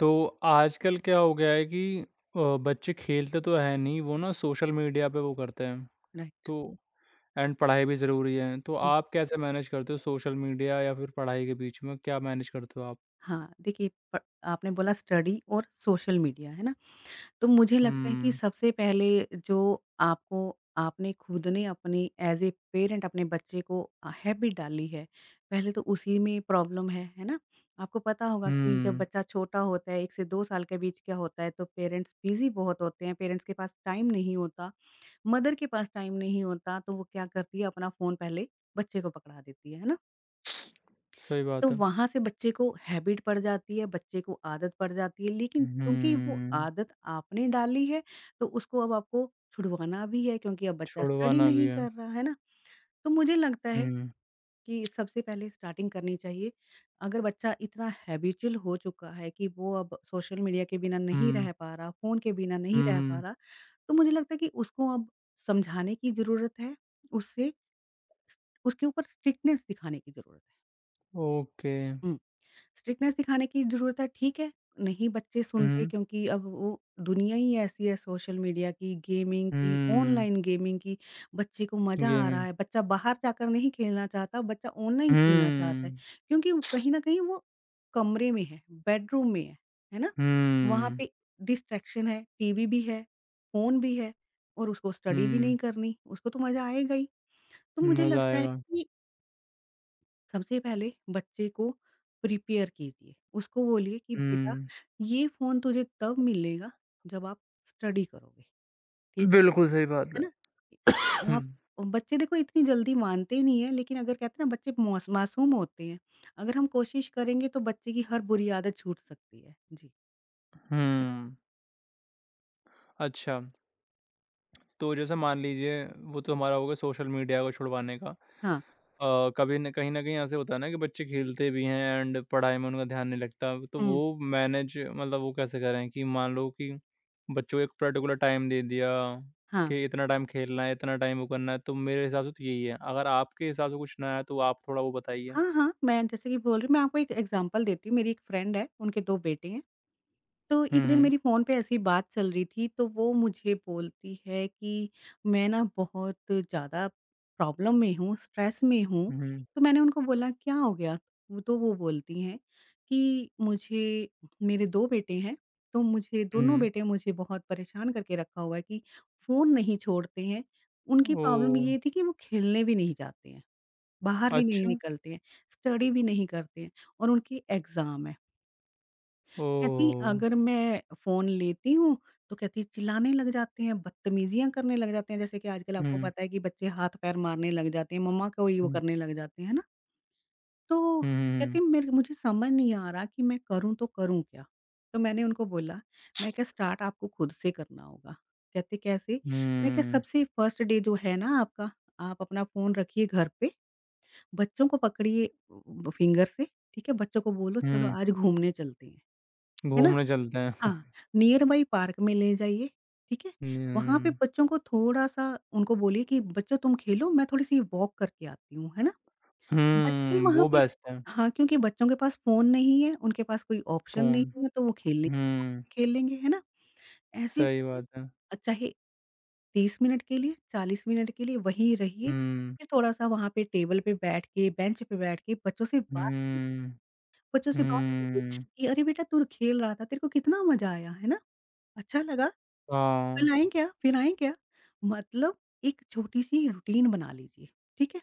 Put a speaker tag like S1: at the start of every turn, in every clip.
S1: तो आजकल क्या हो गया है कि बच्चे खेलते तो है नहीं, वो ना सोशल मीडिया पे वो करते हैं,
S2: राइट।
S1: तो एंड पढ़ाई भी ज़रूरी है, तो
S2: हुँ,
S1: आप कैसे मैनेज करते हो सोशल मीडिया या फिर पढ़ाई के बीच में, क्या मैनेज करते हो आप?
S2: हाँ, देखिए प आपने बोला स्टडी और सोशल मीडिया, है ना? तो मुझे लगता है कि
S1: हुँ,
S2: सबसे पहले जो आपको आपने खुद ने अपनी एज़ ए पेरेंट अपने बच्चे को हैबिट डाली है, पहले तो उसी में प्रॉब्लम है ना? आपको पता होगा कि जब
S1: हुँ।
S2: बच्चा छोटा होता है, 1 से 2 साल के बीच क्या होता है, तो पेरेंट्स बिज़ी बहुत होते हैं, पेरेंट्स के पास टाइम नहीं होता, मदर के पास टाइम नहीं होता, तो वो क्या करती है, अपना फ़ोन पहले बच्चे को पकड़ा देती है ना?
S1: सही
S2: तो
S1: बात है।
S2: वहाँ से बच्चे को हैबिट पड़ जाती है, बच्चे को आदत पड़ जाती है, लेकिन चूँकि वो
S1: हुँ,
S2: आदत आपने डाली है, तो उसको अब आपको छुड़वाना भी है क्योंकि अब बच्चा स्टडी
S1: छुड़वाना भी
S2: नहीं
S1: है।
S2: कर रहा, है ना? तो मुझे लगता
S1: हुँ,
S2: है
S1: हुँ,
S2: कि सबसे पहले स्टार्टिंग करनी चाहिए। अगर बच्चा इतना हैबिचुअल हो चुका है कि वो अब सोशल मीडिया के बिना नहीं रह
S1: हुँ,
S2: पा रहा, फ़ोन के बिना नहीं रह पा
S1: हुँ।
S2: रहा, तो मुझे लगता है कि उसको अब समझाने की ज़रूरत है, उससे उसके ऊपर स्ट्रिक्टनेस दिखाने की ज़रूरत है।
S1: ओके।
S2: हुँ। स्ट्रिक्टनेस दिखाने की ज़रूरत है, ठीक है। नहीं बच्चे सुनते
S1: हुँ,
S2: क्योंकि अब वो दुनिया ही ऐसी है सोशल मीडिया की, गेमिंग की,
S1: हुँ,
S2: ऑनलाइन गेमिंग की, बच्चे को मज़ा आ रहा
S1: गेमिंग।
S2: है, बच्चा बाहर जाकर नहीं खेलना चाहता, बच्चा ऑनलाइन खेलना चाहता है।
S1: हुँ,
S2: क्योंकि वो कहीं न कहीं वो कमरे में है, बेडरूम में है ना? वहाँ
S1: हुँ,
S2: पे डिस्ट्रैक्शन है, टीवी भी है, फ़ोन भी है और उसको स्टडी भी
S1: हुँ,
S2: नहीं करनी, उसको तो मज़ा आएगा ही। तो मुझे
S1: मज़ा
S2: लगता है
S1: आएगा।
S2: कि सबसे पहले बच्चे को प्रिपेयर कीजिए। उसको बोलिए कि बेटा
S1: हुँ।
S2: ये फ़ोन तुझे तब मिलेगा जब आप स्टडी करोगे, ठीक
S1: बिल्कुल, सही बात
S2: है ना?
S1: है।
S2: आप बच्चे देखो इतनी जल्दी मानते ही नहीं है लेकिन अगर कहते हैं ना बच्चे मौस मासूम होते हैं। अगर हम कोशिश करेंगे तो बच्चे की हर बुरी आदत छूट सकती है। जी,
S1: हुँ, अच्छा, तो जैसे मान लीजिए वो तो हमारा हो गया सोशल मीडिया को छुड़वाने का।
S2: हाँ।
S1: अ, कभी न कहीं न कहीं ऐसे होता है ना कि बच्चे खेलते भी हैं एंड पढ़ाई में उनका ध्यान नहीं लगता, तो
S2: हुँ,
S1: वो मैनेज मतलब वो कैसे करें कि मान लो कि बच्चों को एक पर्टिकुलर टाइम दे दिया
S2: हाँ।
S1: कि इतना टाइम खेलना है, इतना टाइम वो करना है, तो मेरे हिसाब से तो यही है। अगर आपके हिसाब से कुछ नया है, तो आप थोड़ा वो बताइए?
S2: हाँ, हाँ, मैं जैसे कि बोल रही हूँ मैं आपको एक एग्ज़ाम्पल देती हूँ। मेरी एक फ्रेंड है, उनके 2 बेटे हैं। तो
S1: हुँ,
S2: एक दिन
S1: हुँ।
S2: मेरी फ़ोन पे ऐसी बात चल रही थी, तो वो मुझे बोलती है कि मैं ना बहुत ज़्यादा प्रॉब्लम में हूँ, स्ट्रेस में हूँ।
S1: हुँ,
S2: तो मैंने उनको बोला क्या हो गया? वो बोलती हैं कि मुझे मेरे 2 बेटे हैं, तो मुझे दोनों
S1: हुँ।
S2: बेटे मुझे बहुत परेशान करके रखा हुआ है कि फ़ोन नहीं छोड़ते हैं। उनकी प्रॉब्लम
S1: ओह!
S2: ये थी कि वो खेलने भी नहीं जाते हैं, बाहर भी नहीं
S1: अच्छा,
S2: निकलते हैं, स्टडी भी नहीं करते हैं और उनके एग्ज़ाम है। कहती
S1: ओह!
S2: अगर मैं फ़ोन लेती हूँ, तो कहती चिल्लाने लग जाते हैं, बदतमीज़ियाँ करने लग जाते हैं, जैसे कि आजकल आपको
S1: हुँ,
S2: पता है कि बच्चे हाथ-पैर मारने लग जाते हैं, मम्मा को ही वो
S1: हुँ,
S2: करने लग जाते हैं, है ना? तो कहती
S1: हुँ,
S2: मेरे मुझे समझ नहीं आ रहा कि मैं करूँ तो करूँ क्या? तो मैंने उनको बोला, मैं क्या स्टार्ट आपको खुद से करना होगा। कहते कैसे? मैं क्या
S1: हुँ,
S2: सबसे फर्स्ट डे जो है ना आपका, आप अपना फ़ोन रखिए घर पे, बच्चों को पकड़िए ब फिंगर से, ठीक है? बच्चों को बोलो चलो
S1: हुँ,
S2: आज घूमने चलते हैं, है ना?
S1: घूमने चलते हैं।
S2: हाँ, नियर बाई पार्क में ले जाइए, ठीक है? वहाँ पे
S1: हुँ,
S2: बच्चों को थोड़ा-सा उनको बोलिए कि बच्चों तुम खेलो, मैं थोड़ी-सी वॉक करके आती हूँ, है ना? बच्चे
S1: हुँ,
S2: वहाँ
S1: वो
S2: पे
S1: बेस्ट है,
S2: हाँ, क्योंकि बच्चों के पास फ़ोन नहीं है, उनके पास कोई ऑप्शन नहीं
S1: फ़ोन।
S2: है तो वो
S1: हुँ,
S2: खेल लेंगे, है ना? ऐसे ही
S1: सही
S2: करके
S1: बात है।
S2: चाहे 30 मिनट के लिए, 40 मिनट के लिए वहीं रहिए,
S1: हुँ,
S2: फिर थोड़ा-सा वहाँ पे टेबल पे बैठ के, बेंच पे बैठ के
S1: हुँ,
S2: बच्चों से बात कीजिए
S1: हुँ,
S2: कि अरे बेटा तू खेल रहा था, तेरे को कितना मज़ा आया, है ना? अच्छा लगा?
S1: हाँ,
S2: कल आएँ क्या? फिर आएँ क्या? मतलब एक छोटी-सी रूटीन बना लीजिए, ठीक है?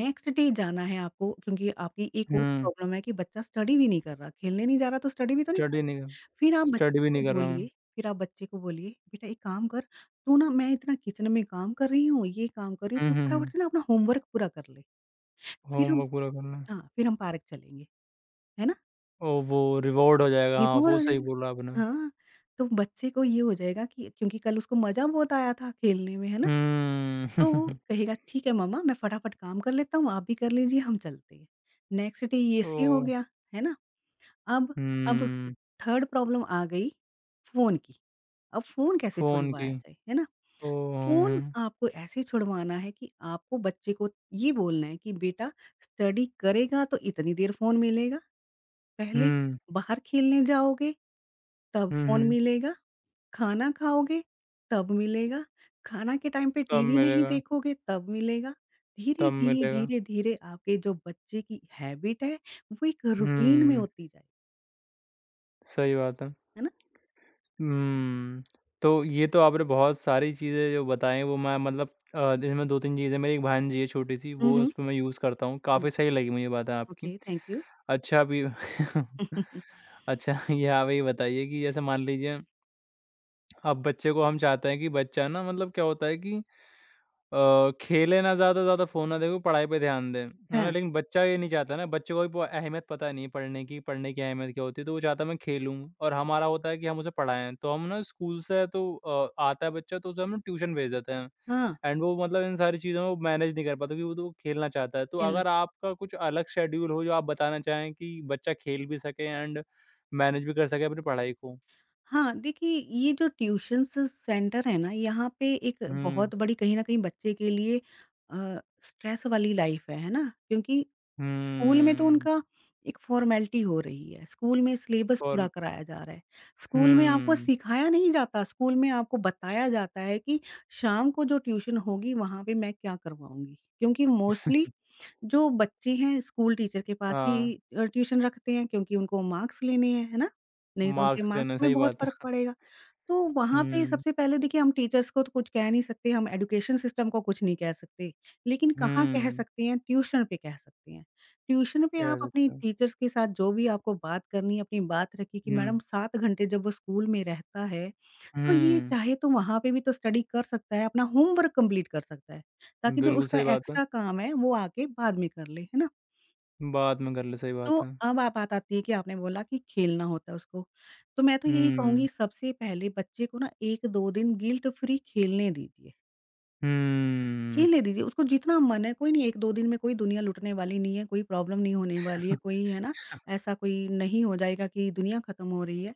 S2: नेक्स्ट डे जाना है आपको क्योंकि आपकी एक और
S1: हुँ,
S2: प्रॉब्लम है कि बच्चा स्टडी भी नहीं कर रहा, खेलने नहीं जा रहा तो स्टडी भी तो नहीं कर
S1: स्टडी नहीं
S2: रहा। फिर
S1: कर
S2: आप बच्चे
S1: स्टडी भी
S2: को
S1: नहीं कर रहा
S2: बोलिए
S1: मैं।
S2: फिर आप बच्चे को बोलिए, "बेटा एक काम कर, तू ना मैं इतना किचन में काम कर रही हूँ, ये काम कर रही हूँ,
S1: हुँ,
S2: तू
S1: हुँ,
S2: फटाफट
S1: हुँ,
S2: से ना अपना होमवर्क पूरा कर ले। फिर हम"
S1: होमवर्क पूरा करना है।
S2: हाँ, "फिर हम पार्क चलेंगे।" है ना?
S1: ओह, वो रिवॉर्ड हो जाएगा, हाँ,
S2: रिवॉर्ड
S1: वो
S2: हो
S1: सही
S2: जाएगा।
S1: बोला आपने।
S2: हाँ, तो बच्चे को ये हो जाएगा कि क्योंकि कल उसको मज़ा बहुत आया था खेलने में, है ना?
S1: हुँ,
S2: तो वो कहेगा ठीक है मम्मा मैं फटाफट काम कर लेता हूँ, आप भी कर लीजिए हम चलते हैं। नेक्स्ट डे ये से हो
S1: ओह,
S2: गया, है ना? अब अब
S1: हुँ,
S2: थर्ड प्रॉब्लम आ गई फ़ोन की। अब फ़ोन कैसे
S1: फ़ोन
S2: छुड़वाया
S1: की
S2: जाए, है ना?
S1: ओह!
S2: फ़ोन
S1: हुँ,
S2: आपको ऐसे छुड़वाना है कि आपको बच्चे को ये बोलना है कि बेटा स्टडी करेगा तो इतनी देर फ़ोन मिलेगा, पहले
S1: हुँ,
S2: बाहर खेलने जाओगे, तब
S1: हुँ,
S2: फ़ोन
S1: हुँ।
S2: मिलेगा, खाना खाओगे, तब मिलेगा, खाना के टाइम पे
S1: तब
S2: टीवी नहीं
S1: मिलेगा,
S2: देखोगे, तब मिलेगा। धीरे,
S1: तब
S2: धीरे,
S1: मिलेगा।
S2: धीरे, धीरे आपके जो बच्चे की हैबिट है, वो एक रूटीन में
S1: हुँ,
S2: होती जाए,
S1: सही बात है।
S2: है ना?
S1: हुँ, तो ये तो आपने बहुत सारी चीज़ें जो बताई वो मैं मतलब जिनमें 2-3 चीज़ें मेरी एक भांजी है छोटी-सी
S2: हुँ,
S1: वो
S2: हुँ।
S1: उसपे मैं यूज़ करता हूँ।
S2: हुँ,
S1: काफ़ी सही लगी मुझे बातें आपकी।
S2: Okay, thank you.
S1: अच्छा अभी अच्छा ये आप ये बताइए कि जैसे मान लीजिए अब बच्चे को हम चाहते हैं कि बच्चा ना मतलब क्या होता है कि खेले ना ज़्यादा ज़्यादा फ़ोन ना देखो, पढ़ाई पे ध्यान दें, है ना?
S2: हाँ,
S1: लेकिन बच्चा ये नहीं चाहता ना, बच्चे को भी प अहमियत पता नहीं है पढ़ने की अहमियत क्या होती है, तो वो चाहता है मैं खेलूँ और हमारा होता है कि हम उसे पढ़ाएँ। तो हम ना स्कूल से तो आता है बच्चा तो उसे हम ट्यूशन भेज देते हैं
S2: हाँ,
S1: एंड वो मतलब इन सारी चीज़ों में वो मैनेज नहीं कर पाता क्योंकि वो तो खेलना चाहता है। तो
S2: खेलना
S1: अगर आपका कुछ अलग शेड्यूल हो जो आप बताना चाहें कि बच्चा खेल भी सके एंड मैनेज भी कर सके अपनी पढ़ाई को?
S2: हाँ, देखिए ये जो ट्यूशन्स सेंटर है ना, यहाँ पे एक
S1: हुँ,
S2: बहुत बड़ी कहीं न कहीं बच्चे के लिए अ, स्ट्रेस वाली लाइफ है ना? क्योंकि स्कूल में तो
S1: हुँ,
S2: उनका एक फॉर्मेलिटी हो रही है, स्कूल में सिलेबस पूरा
S1: और
S2: कराया जा रहा है। स्कूल में आपको
S1: हुँ,
S2: सिखाया नहीं जाता, स्कूल में आपको बताया जाता है कि शाम को जो ट्यूशन होगी, वहाँ पे मैं क्या करवाऊँगी? क्योंकि मोस्टली जो बच्चे हैं स्कूल टीचर के पास
S1: हाँ,
S2: ही ट्यूशन रखते हैं क्योंकि उनको मार्क्स लेने हैं, है ना? नहीं तो उनके
S1: मार्क्स
S2: मार्क्स
S1: लेना,
S2: में
S1: सही
S2: बहुत
S1: बात है।
S2: फ़र्क पड़ेगा। तो वहाँ पे
S1: हुँ,
S2: सबसे पहले देखिए हम टीचर्स को तो कुछ कह नहीं सकते, हम एजुकेशन सिस्टम को कुछ नहीं कह सकते। लेकिन कहाँ कह
S1: हुँ,
S2: सकते हैं? ट्यूशन पे कह सकते हैं। ट्यूशन पे
S1: कह
S2: आप अपनी
S1: सकते हैं।
S2: टीचर्स के साथ जो भी आपको बात करनी है, अपनी बात रखिए कि
S1: हुँ,
S2: मैडम 7 घंटे जब वो स्कूल में रहता है तो ये
S1: हुँ,
S2: चाहे तो वहाँ पे भी तो स्टडी कर सकता है, अपना होमवर्क कंप्लीट कर सकता है, ताकि जो
S1: बिल्कुल
S2: उसका
S1: सही बात है।
S2: एक्स्ट्रा काम है वो आके बाद में कर ले, है ना?
S1: बाद में कर ले, सही
S2: तो
S1: बात है।
S2: अब आ बात आती है कि आपने बोला कि खेलना होता है उसको, तो मैं तो यही
S1: हुँ,
S2: कहूँगी सबसे पहले बच्चे को ना 1-2 दिन गिल्ट फ्री खेलने दीजिए।
S1: हुँ,
S2: खेलने दीजिए, उसको जितना मन है कोई नहीं 1-2 दिन में कोई दुनिया लुटने वाली नहीं है, कोई प्रॉब्लम नहीं होने वाली है, कोई है ना, ऐसा कोई नहीं हो जाएगा कि दुनिया खत्म हो रही है।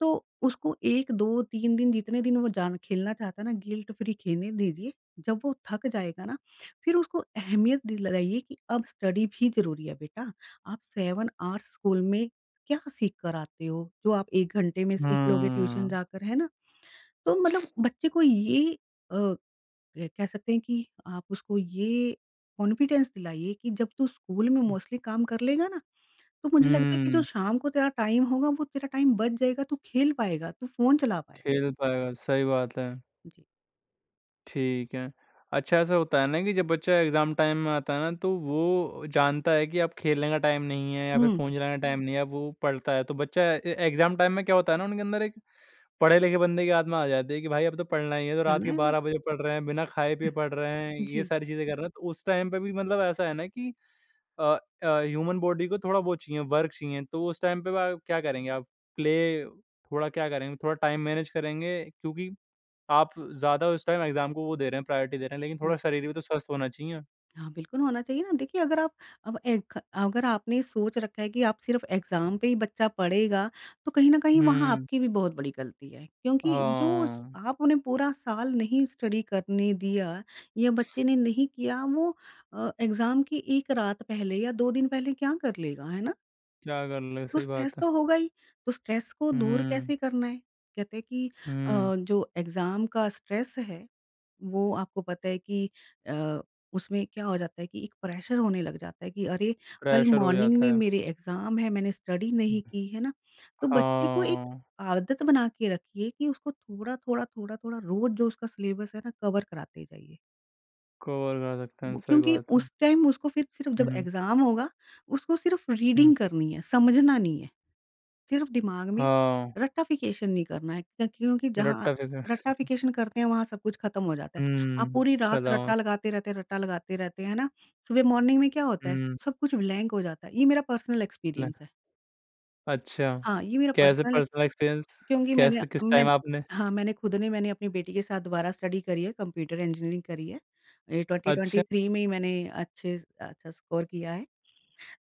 S2: तो उसको 1, 2, 3 दिन जितने दिन वो जान खेलना चाहता है ना गिल्ट फ्री खेलने दीजिए। जब वो थक जाएगा ना फिर उसको अहमियत दिलाइए कि अब स्टडी भी ज़रूरी है बेटा। आप 7 आवर्स स्कूल में क्या सीख कर आते हो? जो आप 1 घंटे में सीख लोगे ट्यूशन
S1: हुँ,
S2: जाकर, है ना? तो मतलब बच्चे को ये अ, क कह सकते हैं कि आप उसको ये कॉन्फिडेंस दिलाइए कि जब तू स्कूल में मोस्टली काम कर लेगा ना तो मुझे लगता है कि जो
S1: हुँ,
S2: शाम को तेरा टाइम होगा वो तेरा टाइम बच जाएगा, तू खेल पाएगा, तू फ़ोन चला पाएगा।
S1: खेल पाएगा, सही बात है,
S2: जी।
S1: ठीक है। अच्छा ऐसा होता है ना कि जब बच्चा एग्ज़ाम टाइम में आता है ना तो वो जानता है कि अब खेलने का टाइम नहीं है या फिर
S2: हुँ,
S1: फ़ोन चलाने का टाइम हुँ। नहीं है, अब वो पढ़ता है। तो बच्चा ए एग्ज़ाम टाइम में क्या होता है ना उनके अंदर एक पढ़े-लिखे बंदे की आत्मा आ जाती है कि भाई अब तो पढ़ना ही है, तो रात
S2: पढ़ना
S1: के
S2: है ना?
S1: 12 बजे पढ़ रहे हैं, बिना खाए-पिए पढ़ रहे हैं, ये
S2: जी।
S1: सारी चीज़ें कर रहे हैं। तो उस टाइम पे भी मतलब ऐसा है ना कि अ ह्यूमन बॉडी को थोड़ा वो चाहिए, वर्क चाहिए, तो उस टाइम पे आप क्या करेंगे आप? प्ले थोड़ा क्या करेंगे, थोड़ा टाइम मैनेज करेंगे क्योंकि आप ज़्यादा उस टाइम एग्ज़ाम को वो दे रहे हैं, प्रायोरिटी दे रहे हैं, लेकिन
S2: हुँ।
S1: थोड़ा शरीर भी तो स्वस्थ होना चाहिए।
S2: हाँ, बिल्कुल होना चाहिए ना। देखिए अगर आप अब एक अगर आपने सोच रखा है कि आप सिर्फ़ एग्ज़ाम पे ही बच्चा पढ़ेगा, तो कहीं न कहीं वहाँ
S1: हुँ।
S2: आपकी भी बहुत बड़ी गलती है। क्योंकि जो स
S1: हाँ,
S2: आप उन्हें पूरा साल नहीं स्टडी करने दिया या बच्चे ने नहीं किया, वो एग्ज़ाम की 1 रात पहले या 2 दिन पहले क्या कर लेगा, है ना?
S1: क्या कर ले
S2: तो
S1: सही
S2: स्ट्रेस
S1: बात है।
S2: तो होगा ही, तो स्ट्रेस को दूर
S1: हुँ,
S2: कैसे करना है? कहते हैं कि
S1: हुँ,
S2: जो एग्ज़ाम का स्ट्रेस है, वो आपको पता है कि अ, उसमें क्या हो जाता है कि एक प्रेशर होने लग जाता है कि अरे! कल
S1: प्रेशर हो
S2: मॉर्निंग
S1: जाता
S2: में
S1: है।
S2: मेरे एग्ज़ाम है, मैंने स्टडी नहीं की, है ना? तो बच्चे को एक
S1: हाँ।
S2: आदत बना के रखिए कि उसको थोड़ा-थोड़ा, थोड़ा-थोड़ा रोज़ जो उसका सिलेबस है ना, कवर कराते जाइए।
S1: कवर कर सकते हैं,
S2: वो
S1: सही
S2: क्योंकि
S1: बात है।
S2: उस टाइम उसको फिर सिर्फ़
S1: हुँ,
S2: जब
S1: हुँ,
S2: एग्ज़ाम होगा, उसको सिर्फ़
S1: हुँ।
S2: रीडिंग करनी है, समझना नहीं है। सिर्फ दिमाग में
S1: हाँ,
S2: रट्टाफिकेशन नहीं करना है क्योंकि जहाँ
S1: रट्टा फिर
S2: रट्टाफिकेशन करते हैं वहाँ सब कुछ खत्म हो जाता है।
S1: हुँ।
S2: आप पूरी रात
S1: खाता हूँ।
S2: रट्टा लगाते रहते हैं, रट्टा लगाते रहते हैं, है ना? सुबह मॉर्निंग में क्या होता है,
S1: हुँ,
S2: सब कुछ ब्लैंक हो जाता है। ये मेरा पर्सनल
S1: ल
S2: एक्सपीरियंस है।
S1: अच्छा,
S2: हाँ, ये मेरा
S1: कैसे
S2: पर्सनल एक्स
S1: पर्सनल एक्सपीरियंस
S2: क्योंकि मैंने
S1: कैसे किस
S2: मैं
S1: टाइम आपने
S2: हाँ, मैंने खुद ने मैंने अपनी बेटी के साथ दोबारा स्टडी करी है, कंप्यूटर इंजीनियरिंग करी है। ये
S1: अच्छा,
S2: 2023 में ही मैंने अच्छे अच्छा स्कोर किया है।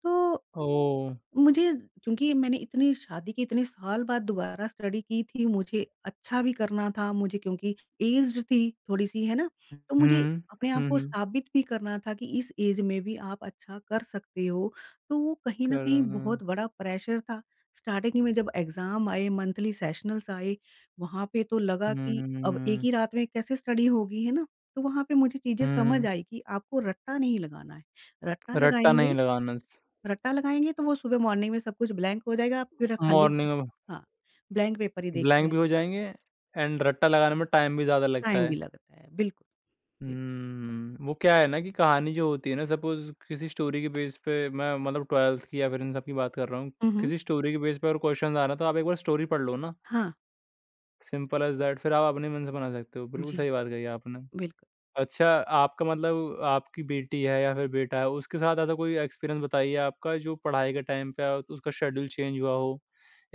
S2: तो
S1: ओह!
S2: मुझे क्योंकि मैंने इतनी शादी के इतने साल बाद दोबारा स्टडी की थी, मुझे अच्छा भी करना था, मुझे क्योंकि एज्ड थी थोड़ी-सी, है ना? तो मुझे
S1: हुँ,
S2: अपने आप
S1: हुँ,
S2: को
S1: हुँ।
S2: साबित भी करना था कि इस एज में भी आप अच्छा कर सकते हो। तो वो कहीं न कहीं
S1: करना
S2: बहुत बड़ा प्रेशर था। स्टार्टिंग में जब एग्ज़ाम आए, मंथली सेशनल्स आए, वहाँ पे तो लगा
S1: हुँ,
S2: कि अब एक
S1: हुँ,
S2: ही रात में कैसे स्टडी होगी, है ना? तो वहाँ पे मुझे चीज़ें समझ
S1: हुँ।
S2: आई कि आपको रट्टा नहीं लगाना है। रट्टा
S1: रट्टा
S2: लगाएँगे
S1: नहीं लगाना,
S2: रट्टा लगाएँगे तो वो सुबह मॉर्निंग में सब कुछ ब्लैंक हो जाएगा, आप फिर खाली
S1: मॉर्निंग में
S2: हाँ, ब्लैंक पेपर ही देख कर
S1: ब्लैंक भी
S2: आएँगे,
S1: हो जाएँगे एंड रट्टा लगाने में टाइम भी ज़्यादा लगता
S2: टाइम भी
S1: है।
S2: लगता है, बिल्कुल, जी।
S1: हुँ, वो क्या है ना कि कहानी जो होती है ना सपोज़ किसी स्टोरी के बेस पे मैं मतलब 12th की या फिर इन सब की बात कर रहा हूँ।
S2: हुँ, हुँ।
S1: किसी स्टोरी के बेस पे अगर क्वेश्चन्स आ रहे हैं तो आप एक बार स्टोरी पढ़ लो ना,
S2: हाँ,
S1: सिंपल एज़ दैट फिर आप अपने मन से बना सकते हो। बिल्कुल
S2: जी,
S1: सही बात कही आपने।
S2: बिल्कुल।
S1: अच्छा आपका मतलब आपकी बेटी है या फिर बेटा है, उसके साथ ऐसा कोई एक्सपीरियंस बताइए आपका जो पढ़ाई के टाइम पे उसका शेड्यूल चेंज हुआ हो?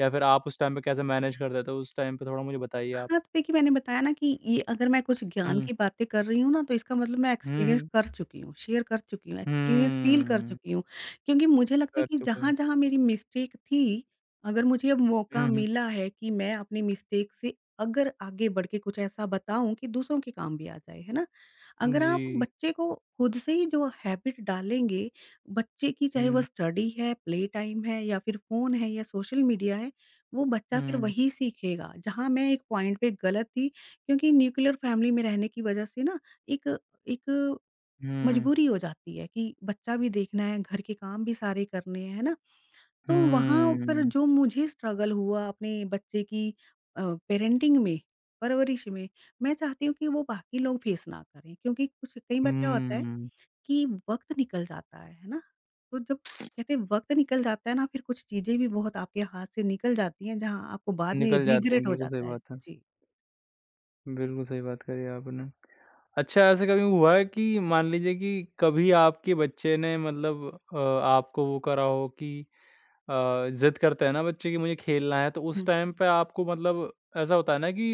S1: या फिर आप उस टाइम पे कैसे मैनेज करते थे? उस टाइम पे थोड़ा मुझे बताइए आप?
S2: हाँ, तो देखिए मैंने बताया ना कि ये अगर मैं कुछ ज्ञान
S1: हुँ।
S2: की बातें कर रही हूँ ना, तो इसका मतलब मैं
S1: हुँ,
S2: एक्सपीरियंस
S1: हुँ।
S2: कर चुकी हूँ, शेयर कर चुकी हूँ, एक्सपीरियंस फील कर
S1: हुँ,
S2: चुकी हूँ। क्योंकि मुझे लगता है
S1: कर
S2: कि
S1: चुके हैं।
S2: जहाँ-जहाँ मेरी मिस्टेक थी, अगर मुझे अब मौका
S1: हुँ, हुँ।
S2: मिला है कि मैं अपनी मिस्टेक से अगर आगे बढ़ के कुछ ऐसा बताऊँ कि दूसरों के काम भी आ जाए, है ना? अगर आप
S1: जी।
S2: बच्चे को खुद से ही जो हैबिट डालेंगे, बच्चे की चाहे वो
S1: हुँ,
S2: स्टडी है, प्ले टाइम है या फिर फ़ोन है या सोशल मीडिया है, वो बच्चा फिर
S1: हुँ,
S2: वही सीखेगा। जहाँ मैं एक पॉइंट पे गलत थी क्योंकि न्यूक्लियर फैमिली में रहने की वजह से ना एक एक
S1: हुँ,
S2: मजबूरी हो जाती है कि बच्चा भी देखना है, घर के काम भी सारे करने हैं, है ना? तो वहाँ पर
S1: हुँ,
S2: जो मुझे स्ट्रगल हुआ अपने बच्चे की अ, पेरेंटिंग में, परवरिश में, मैं चाहती हूँ कि वो बाकी लोग फेस ना करें क्योंकि कुछ कई बार क्या होता है
S1: हुँ।
S2: कि वक़्त निकल जाता है ना? तो जब कहते हैं वक़्त निकल जाता है ना फिर कुछ चीज़ें भी बहुत आपके हाथ से निकल जाती हैं जहाँ आपको बाद में
S1: निकल जाते हैं,
S2: रिग्रेट हो
S1: बिल्कुल सही
S2: जाता है।
S1: बात है।
S2: जी।
S1: बिल्कुल सही बात करी आपने। अच्छा ऐसे कभी हुआ है कि मान लीजिए कि कभी आपके बच्चे ने मतलब आपको वो करा हो कि ज़िद करते हैं ना बच्चे कि मुझे खेलना है, तो उस
S2: हुँ,
S1: टाइम पे आपको मतलब ऐसा होता है ना कि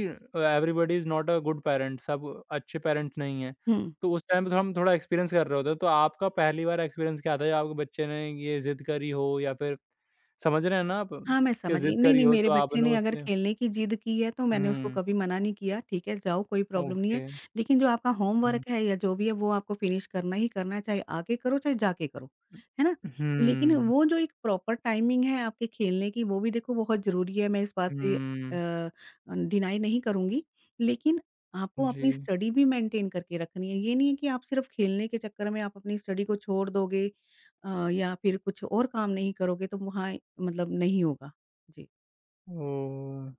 S1: everybody is not a good parent, सब अच्छे पैरेंट नहीं हैं।
S2: हुँ।
S1: तो उस टाइम पे तो हम थोड़ा एक्सपीरियंस कर रहे होते हैं, तो आपका पहली बार एक्सपीरियंस क्या था जब आपके बच्चे ने ये ज़िद करी हो या फिर समझ रहे हैं ना आप
S2: हाँ, मैं
S1: कि
S2: समझ गई।
S1: ज़िद
S2: नहीं,
S1: करी
S2: नहीं
S1: हो
S2: मेरे
S1: तो
S2: बच्चे
S1: आपने
S2: ने अगर
S1: उससे
S2: खेलने की ज़िद की है तो मैंने उसको
S1: हुँ,
S2: कभी मना नहीं किया, ठीक है जाओ कोई प्रॉब्लम नहीं है।
S1: ओके।
S2: लेकिन जो आपका
S1: हुँ।
S2: होमवर्क है या जो भी है वो आपको फिनिश करना ही करना है, चाहे आके करो चाहे जाके करो, है ना? लेकिन
S1: हुँ,
S2: वो जो एक प्रॉपर टाइमिंग है आपके खेलने की वो भी देखो बहुत ज़रूरी है, मैं इस बात से
S1: हुँ,
S2: अ, डिनाई नहीं करूँगी। लेकिन आपको
S1: जी।
S2: अपनी स्टडी भी मेंटेन करके रखनी है, ये नहीं है कि आप सिर्फ़ खेलने के चक्कर में आप अपनी स्टडी को छोड़ दोगे या फिर कुछ और काम नहीं करोगे तो वहाँ मतलब नहीं होगा। जी।
S1: ओह!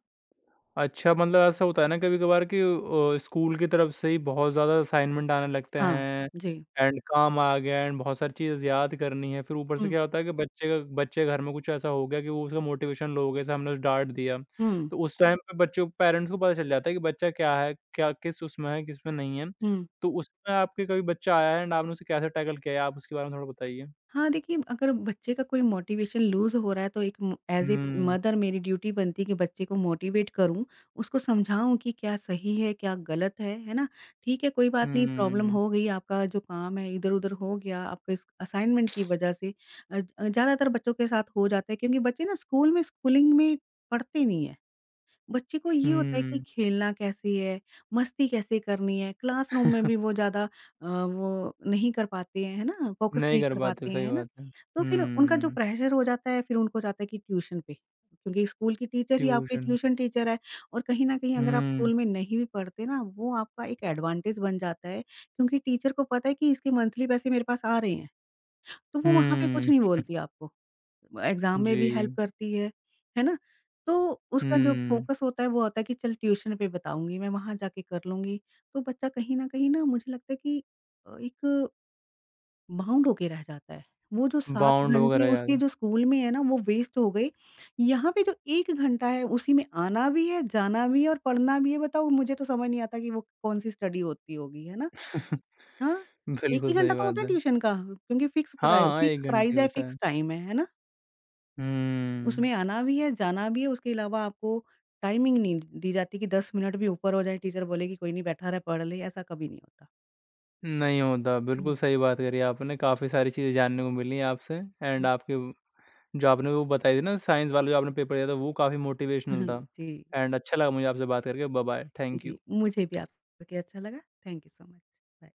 S1: अच्छा मतलब ऐसा होता है ना कभी-कभार कि स्कूल की तरफ से ही बहुत ज़्यादा असाइनमेंट आने लगते
S2: हाँ,
S1: हैं
S2: जी।
S1: एंड काम आ गया एंड बहुत सारी चीज़ें याद करनी है। फिर ऊपर से
S2: हुँ,
S1: क्या होता है कि बच्चे के घर में कुछ ऐसा हो गया कि वो उसका मोटिवेशन लो हो गया, जैसे हमने उसे डाँट दिया।
S2: हुँ,
S1: तो उस टाइम पे बच्चों पेरेंट्स को पता चल जाता है कि बच्चा क्या है, क्या किस उसमें है, किसमें नहीं है।
S2: हुँ।
S1: तो उसमें आपके कभी बच्चा आया है एंड आपने उसे कैसे टैकल किया है? आप उसके बारे में थोड़ा बताइए।
S2: हाँ, देखिए अगर बच्चे का कोई मोटिवेशन लूज़ हो रहा है तो एक म एज़ ए
S1: हुँ,
S2: मदर मेरी ड्यूटी बनती है कि बच्चे को मोटिवेट करूँ, उसको समझाऊँ कि क्या सही है, क्या गलत है ना? ठीक है, कोई बात नहीं प्रॉब्लम
S1: हुँ,
S2: हो गई, आपका जो काम है इधर-उधर हो गया, आपके इस असाइनमेंट की वज़ह से ज़्यादातर बच्चों के साथ हो जाता है क्योंकि बच्चे ना स्कूल में स्कूलिंग में पढ़ते नहीं है। बच्चे को ये होता है कि
S1: हुँ।
S2: खेलना कैसे है, मस्ती कैसे करनी है, क्लासरूम में भी वो ज़्यादा वो नहीं कर पाते हैं, है ना? फ़ोकस
S1: नहीं
S2: नहीं
S1: कर
S2: कर
S1: पाते,
S2: पाते हैं,
S1: सही
S2: है ना?
S1: बात है।
S2: तो फिर उनका जो
S1: हुँ,
S2: प्रेशर हो जाता है, फिर उनको जाता है कि ट्यूशन पे, क्योंकि स्कूल की टीचर ही आपकी
S1: ट्यूशन
S2: ट्यूशन टीचर है और कहीं न कहीं अगर आप
S1: हुँ,
S2: स्कूल में नहीं भी पढ़ते ना, वो आपका एक एडवांटेज बन जाता है क्योंकि टीचर को पता है कि इसके मंथली पैसे मेरे पास आ रहे हैं, तो वो वहाँ पे कुछ
S1: हुँ,
S2: नहीं बोलती आपको। एग्ज़ाम में भी हेल्प
S1: जी,
S2: करती है ना? तो उसका जो
S1: हुँ,
S2: फ़ोकस होता है वो होता है कि चल ट्यूशन पे बताऊँगी, मैं वहाँ जाके कर लूँगी। तो बच्चा कहीं न कहीं ना मुझे लगता है कि एक बाउंड होके रह जाता है। वो जो 7
S1: बाउंड
S2: घंटे
S1: वगैरह
S2: उसके
S1: ज़्यादा।
S2: जो स्कूल में है ना वो वेस्ट हो गए। यहाँ पे जो 1 घंटा है उसी में आना भी है, जाना भी है और पढ़ना भी है। बताओ मुझे तो समझ नहीं आता कि वो कौन-सी स्टडी होती होगी, है ना? हाँ, 1
S1: बिल्कुल
S2: ही
S1: सही
S2: घंटा तो होता
S1: बात
S2: है
S1: है।
S2: ट्यूशन का क्योंकि
S1: हाँ, हाँ,
S2: फिक्स
S1: 1
S2: प्राइस
S1: घंटे
S2: है,
S1: होता
S2: फिक्स
S1: है।
S2: टाइम है ना?
S1: हुँ,
S2: उसमें आना भी है, जाना भी है, उसके अलावा आपको टाइमिंग नहीं दी जाती कि 10 मिनट भी ऊपर हो जाए, टीचर बोले कि कोई नहीं बैठा रहा, पढ़ ले, ऐसा कभी नहीं होता।
S1: नहीं होता,
S2: हुँ,
S1: बिल्कुल सही बात करी आपने, काफ़ी सारी चीज़ें जानने को मिली आपसे एंड
S2: हुँ।
S1: आपके वो जो आपने वो बताई थी ना साइंस वाला जो आपने पेपर दिया था, वो काफ़ी मोटिवेशनल था
S2: जी,
S1: एंड अच्छा लगा मुझे आपसे बात करके, बाय-बाय, थैंक
S2: जी।
S1: यू।
S2: मुझे भी आपसे बात करके अच्छा लगा। Thank you so much. Bye.